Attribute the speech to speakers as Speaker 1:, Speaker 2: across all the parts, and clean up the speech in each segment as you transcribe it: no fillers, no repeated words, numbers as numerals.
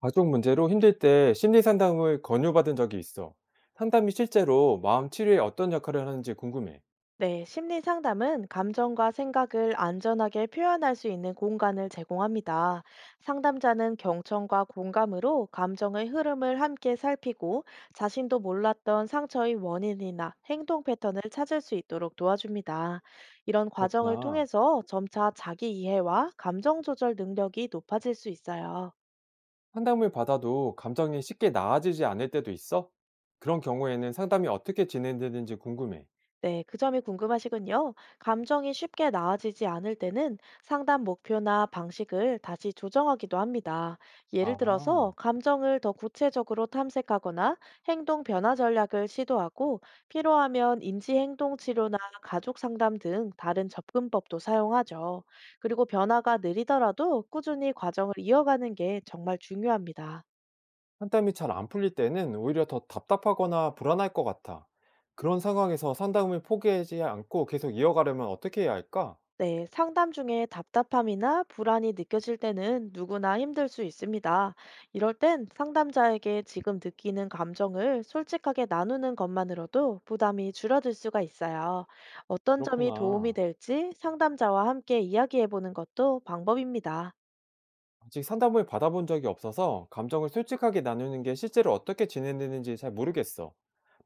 Speaker 1: 가족 문제로 힘들 때 심리 상담을 권유받은 적이 있어. 상담이 실제로 마음 치료에 어떤 역할을 하는지 궁금해.
Speaker 2: 네, 심리 상담은 감정과 생각을 안전하게 표현할 수 있는 공간을 제공합니다. 상담자는 경청과 공감으로 감정의 흐름을 함께 살피고 자신도 몰랐던 상처의 원인이나 행동 패턴을 찾을 수 있도록 도와줍니다. 이런 과정을
Speaker 1: 그렇구나.
Speaker 2: 통해서 점차 자기 이해와 감정 조절 능력이 높아질 수 있어요.
Speaker 1: 상담을 받아도 감정이 쉽게 나아지지 않을 때도 있어? 그런 경우에는 상담이 어떻게 진행되는지 궁금해.
Speaker 2: 네, 그 점이 궁금하시군요. 감정이 쉽게 나아지지 않을 때는 상담 목표나 방식을 다시 조정하기도 합니다. 예를
Speaker 1: 아,
Speaker 2: 들어서 감정을 더 구체적으로 탐색하거나 행동 변화 전략을 시도하고 필요하면 인지 행동 치료나 가족 상담 등 다른 접근법도 사용하죠. 그리고 변화가 느리더라도 꾸준히 과정을 이어가는 게 정말 중요합니다.
Speaker 1: 상담이 잘 안 풀릴 때는 오히려 더 답답하거나 불안할 것 같아. 그런 상황에서 상담을 포기하지 않고 계속 이어가려면 어떻게 해야 할까?
Speaker 2: 네, 상담 중에 답답함이나 불안이 느껴질 때는 누구나 힘들 수 있습니다. 이럴 땐 상담자에게 지금 느끼는 감정을 솔직하게 나누는 것만으로도 부담이 줄어들 수가 있어요. 어떤 점이 도움이
Speaker 1: 그렇구나.
Speaker 2: 될지 상담자와 함께 이야기해 보는 것도 방법입니다.
Speaker 1: 아직 상담을 받아본 적이 없어서 감정을 솔직하게 나누는 게 실제로 어떻게 진행되는지 잘 모르겠어.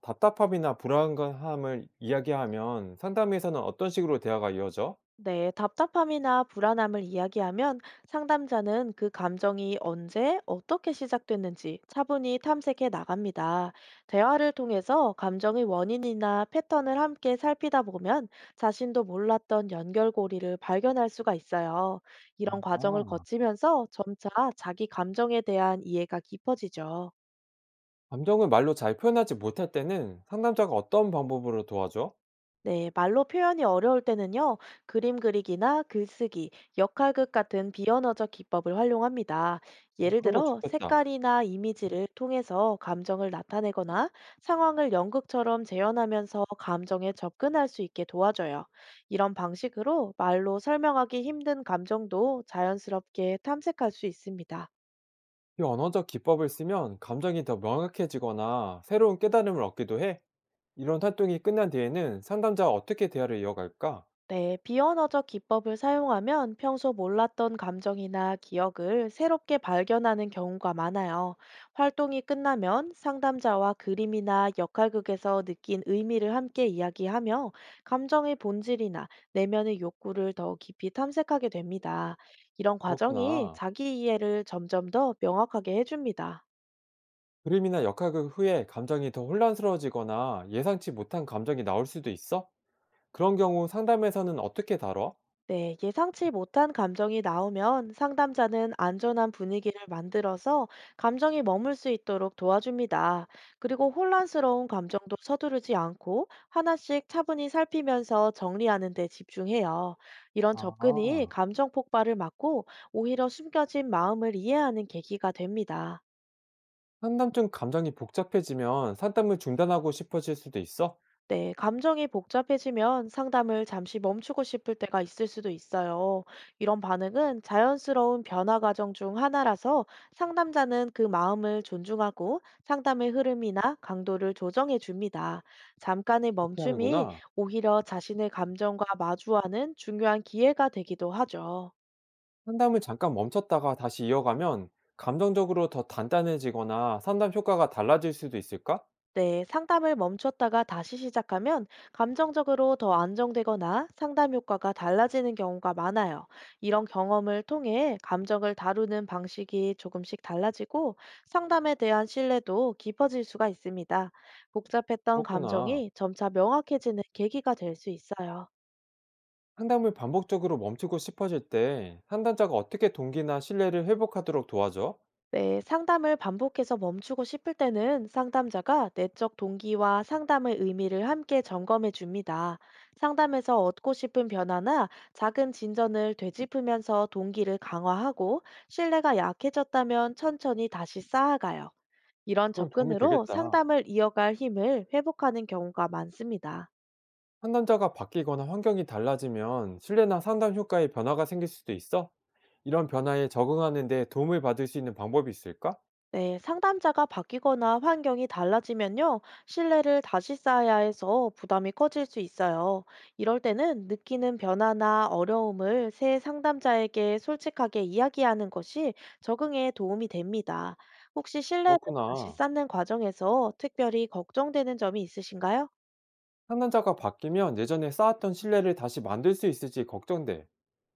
Speaker 1: 답답함이나 불안감을 이야기하면 상담에서는 어떤 식으로 대화가 이어져?
Speaker 2: 네, 답답함이나 불안함을 이야기하면 상담자는 그 감정이 언제, 어떻게 시작됐는지 차분히 탐색해 나갑니다. 대화를 통해서 감정의 원인이나 패턴을 함께 살피다 보면 자신도 몰랐던 연결고리를 발견할 수가 있어요. 이런 과정을
Speaker 1: 아,
Speaker 2: 거치면서 점차 자기 감정에 대한 이해가 깊어지죠.
Speaker 1: 감정을 말로 잘 표현하지 못할 때는 상담자가 어떤 방법으로 도와줘?
Speaker 2: 네, 말로 표현이 어려울 때는요, 그림 그리기나 글쓰기, 역할극 같은 비언어적 기법을 활용합니다.
Speaker 1: 어,
Speaker 2: 예를
Speaker 1: 그런 거
Speaker 2: 들어,
Speaker 1: 좋겠다.
Speaker 2: 색깔이나 이미지를 통해서 감정을 나타내거나 상황을 연극처럼 재현하면서 감정에 접근할 수 있게 도와줘요. 이런 방식으로 말로 설명하기 힘든 감정도 자연스럽게 탐색할 수 있습니다.
Speaker 1: 이 언어적 기법을 쓰면 감정이 더 명확해지거나 새로운 깨달음을 얻기도 해. 이런 활동이 끝난 뒤에는 상담자와 어떻게 대화를 이어갈까?
Speaker 2: 네, 비언어적 기법을 사용하면 평소 몰랐던 감정이나 기억을 새롭게 발견하는 경우가 많아요. 활동이 끝나면 상담자와 그림이나 역할극에서 느낀 의미를 함께 이야기하며 감정의 본질이나 내면의 욕구를 더 깊이 탐색하게 됩니다. 이런 과정이
Speaker 1: 그렇구나.
Speaker 2: 자기 이해를 점점 더 명확하게 해줍니다.
Speaker 1: 그림이나 역학극 후에 감정이 더 혼란스러워지거나 예상치 못한 감정이 나올 수도 있어? 그런 경우 상담에서는 어떻게 다뤄?
Speaker 2: 네, 예상치 못한 감정이 나오면 상담자는 안전한 분위기를 만들어서 감정이 머물 수 있도록 도와줍니다. 그리고 혼란스러운 감정도 서두르지 않고 하나씩 차분히 살피면서 정리하는 데 집중해요. 이런 접근이
Speaker 1: 아,
Speaker 2: 감정 폭발을 막고 오히려 숨겨진 마음을 이해하는 계기가 됩니다.
Speaker 1: 상담 중 감정이 복잡해지면 상담을 중단하고 싶어질 수도 있어?
Speaker 2: 네, 감정이 복잡해지면 상담을 잠시 멈추고 싶을 때가 있을 수도 있어요. 이런 반응은 자연스러운 변화 과정 중 하나라서 상담자는 그 마음을 존중하고 상담의 흐름이나 강도를 조정해 줍니다. 잠깐의
Speaker 1: 이렇게
Speaker 2: 멈춤이
Speaker 1: 하는구나.
Speaker 2: 오히려 자신의 감정과 마주하는 중요한 기회가 되기도 하죠.
Speaker 1: 상담을 잠깐 멈췄다가 다시 이어가면 감정적으로 더 단단해지거나 상담 효과가 달라질 수도 있을까?
Speaker 2: 네, 상담을 멈췄다가 다시 시작하면 감정적으로 더 안정되거나 상담 효과가 달라지는 경우가 많아요. 이런 경험을 통해 감정을 다루는 방식이 조금씩 달라지고 상담에 대한 신뢰도 깊어질 수가 있습니다. 복잡했던
Speaker 1: 그렇구나.
Speaker 2: 감정이 점차 명확해지는 계기가 될 수 있어요.
Speaker 1: 상담을 반복적으로 멈추고 싶어질 때 상담자가 어떻게 동기나 신뢰를 회복하도록 도와줘?
Speaker 2: 네, 상담을 반복해서 멈추고 싶을 때는 상담자가 내적 동기와 상담의 의미를 함께 점검해 줍니다. 상담에서 얻고 싶은 변화나 작은 진전을 되짚으면서 동기를 강화하고 신뢰가 약해졌다면 천천히 다시 쌓아가요. 이런
Speaker 1: 그럼 도움이
Speaker 2: 접근으로
Speaker 1: 되겠다.
Speaker 2: 상담을 이어갈 힘을 회복하는 경우가 많습니다.
Speaker 1: 상담자가 바뀌거나 환경이 달라지면 신뢰나 상담 효과에 변화가 생길 수도 있어? 이런 변화에 적응하는 데 도움을 받을 수 있는 방법이 있을까?
Speaker 2: 네, 상담자가 바뀌거나 환경이 달라지면요, 신뢰를 다시 쌓아야 해서 부담이 커질 수 있어요. 이럴 때는 느끼는 변화나 어려움을 새 상담자에게 솔직하게 이야기하는 것이 적응에 도움이 됩니다. 혹시 신뢰를 다시
Speaker 1: 그렇구나.
Speaker 2: 쌓는 과정에서 특별히 걱정되는 점이 있으신가요?
Speaker 1: 상담자가 바뀌면 예전에 쌓았던 신뢰를 다시 만들 수 있을지 걱정돼.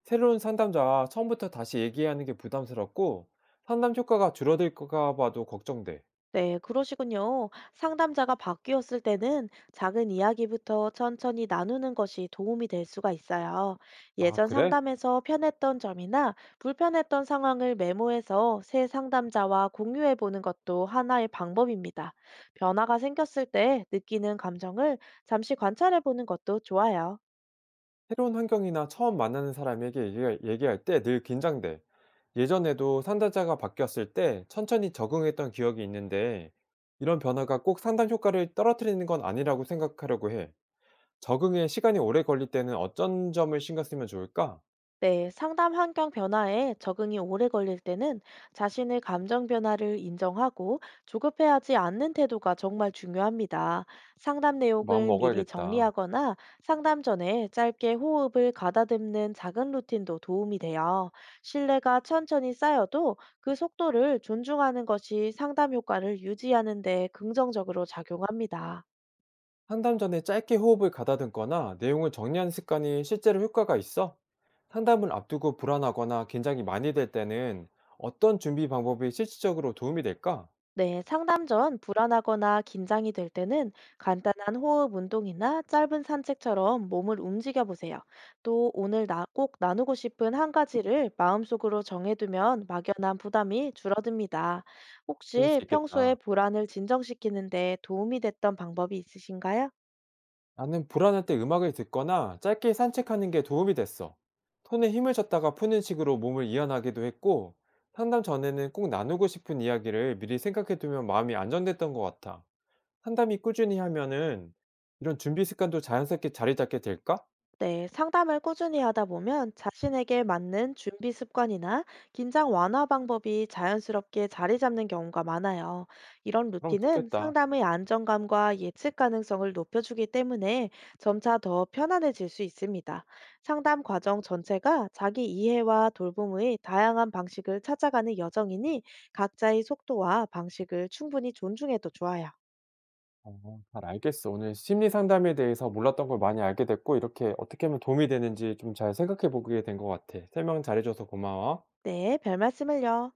Speaker 1: 새로운 상담자와 처음부터 다시 얘기하는 게 부담스럽고 상담 효과가 줄어들까 봐도 걱정돼.
Speaker 2: 네, 그러시군요. 상담자가 바뀌었을 때는 작은 이야기부터 천천히 나누는 것이 도움이 될 수가 있어요.
Speaker 1: 아,
Speaker 2: 예전
Speaker 1: 그래?
Speaker 2: 상담에서 편했던 점이나 불편했던 상황을 메모해서 새 상담자와 공유해 보는 것도 하나의 방법입니다. 변화가 생겼을 때 느끼는 감정을 잠시 관찰해 보는 것도 좋아요.
Speaker 1: 새로운 환경이나 처음 만나는 사람에게 얘기할 때 늘 긴장돼. 예전에도 상담자가 바뀌었을 때 천천히 적응했던 기억이 있는데 이런 변화가 꼭 상담 효과를 떨어뜨리는 건 아니라고 생각하려고 해. 적응에 시간이 오래 걸릴 때는 어떤 점을 신경 쓰면 좋을까?
Speaker 2: 네, 상담 환경 변화에 적응이 오래 걸릴 때는 자신의 감정 변화를 인정하고 조급해하지 않는 태도가 정말 중요합니다. 상담
Speaker 1: 마음
Speaker 2: 내용을 미리
Speaker 1: 먹어야겠다.
Speaker 2: 정리하거나 상담 전에 짧게 호흡을 가다듬는 작은 루틴도 도움이 돼요. 신뢰가 천천히 쌓여도 그 속도를 존중하는 것이 상담 효과를 유지하는 데 긍정적으로 작용합니다.
Speaker 1: 상담 전에 짧게 호흡을 가다듬거나 내용을 정리하는 습관이 실제로 효과가 있어? 상담을 앞두고 불안하거나 긴장이 많이 될 때는 어떤 준비 방법이 실질적으로 도움이 될까?
Speaker 2: 네, 상담 전 불안하거나 긴장이 될 때는 간단한 호흡 운동이나 짧은 산책처럼 몸을 움직여 보세요. 또 오늘 나 꼭 나누고 싶은 한 가지를 마음속으로 정해두면 막연한 부담이 줄어듭니다.
Speaker 1: 그럴 수
Speaker 2: 혹시 평소에
Speaker 1: 있겠다.
Speaker 2: 불안을 진정시키는데 도움이 됐던 방법이 있으신가요?
Speaker 1: 나는 불안할 때 음악을 듣거나 짧게 산책하는 게 도움이 됐어. 손에 힘을 줬다가 푸는 식으로 몸을 이완하기도 했고, 상담 전에는 꼭 나누고 싶은 이야기를 미리 생각해 두면 마음이 안정됐던 것 같아. 상담이 꾸준히 하면은 이런 준비 습관도 자연스럽게 자리 잡게 될까?
Speaker 2: 네, 상담을 꾸준히 하다 보면 자신에게 맞는 준비 습관이나 긴장 완화 방법이 자연스럽게 자리 잡는 경우가 많아요. 이런
Speaker 1: 그럼
Speaker 2: 루틴은
Speaker 1: 좋겠다.
Speaker 2: 상담의 안정감과 예측 가능성을 높여주기 때문에 점차 더 편안해질 수 있습니다. 상담 과정 전체가 자기 이해와 돌봄의 다양한 방식을 찾아가는 여정이니 각자의 속도와 방식을 충분히 존중해도 좋아요.
Speaker 1: 어, 잘 알겠어. 오늘 심리 상담에 대해서 몰랐던 걸 많이 알게 됐고, 이렇게 어떻게 하면 도움이 되는지 좀 잘 생각해 보게 된 것 같아. 설명 잘해줘서 고마워.
Speaker 2: 네, 별 말씀을요.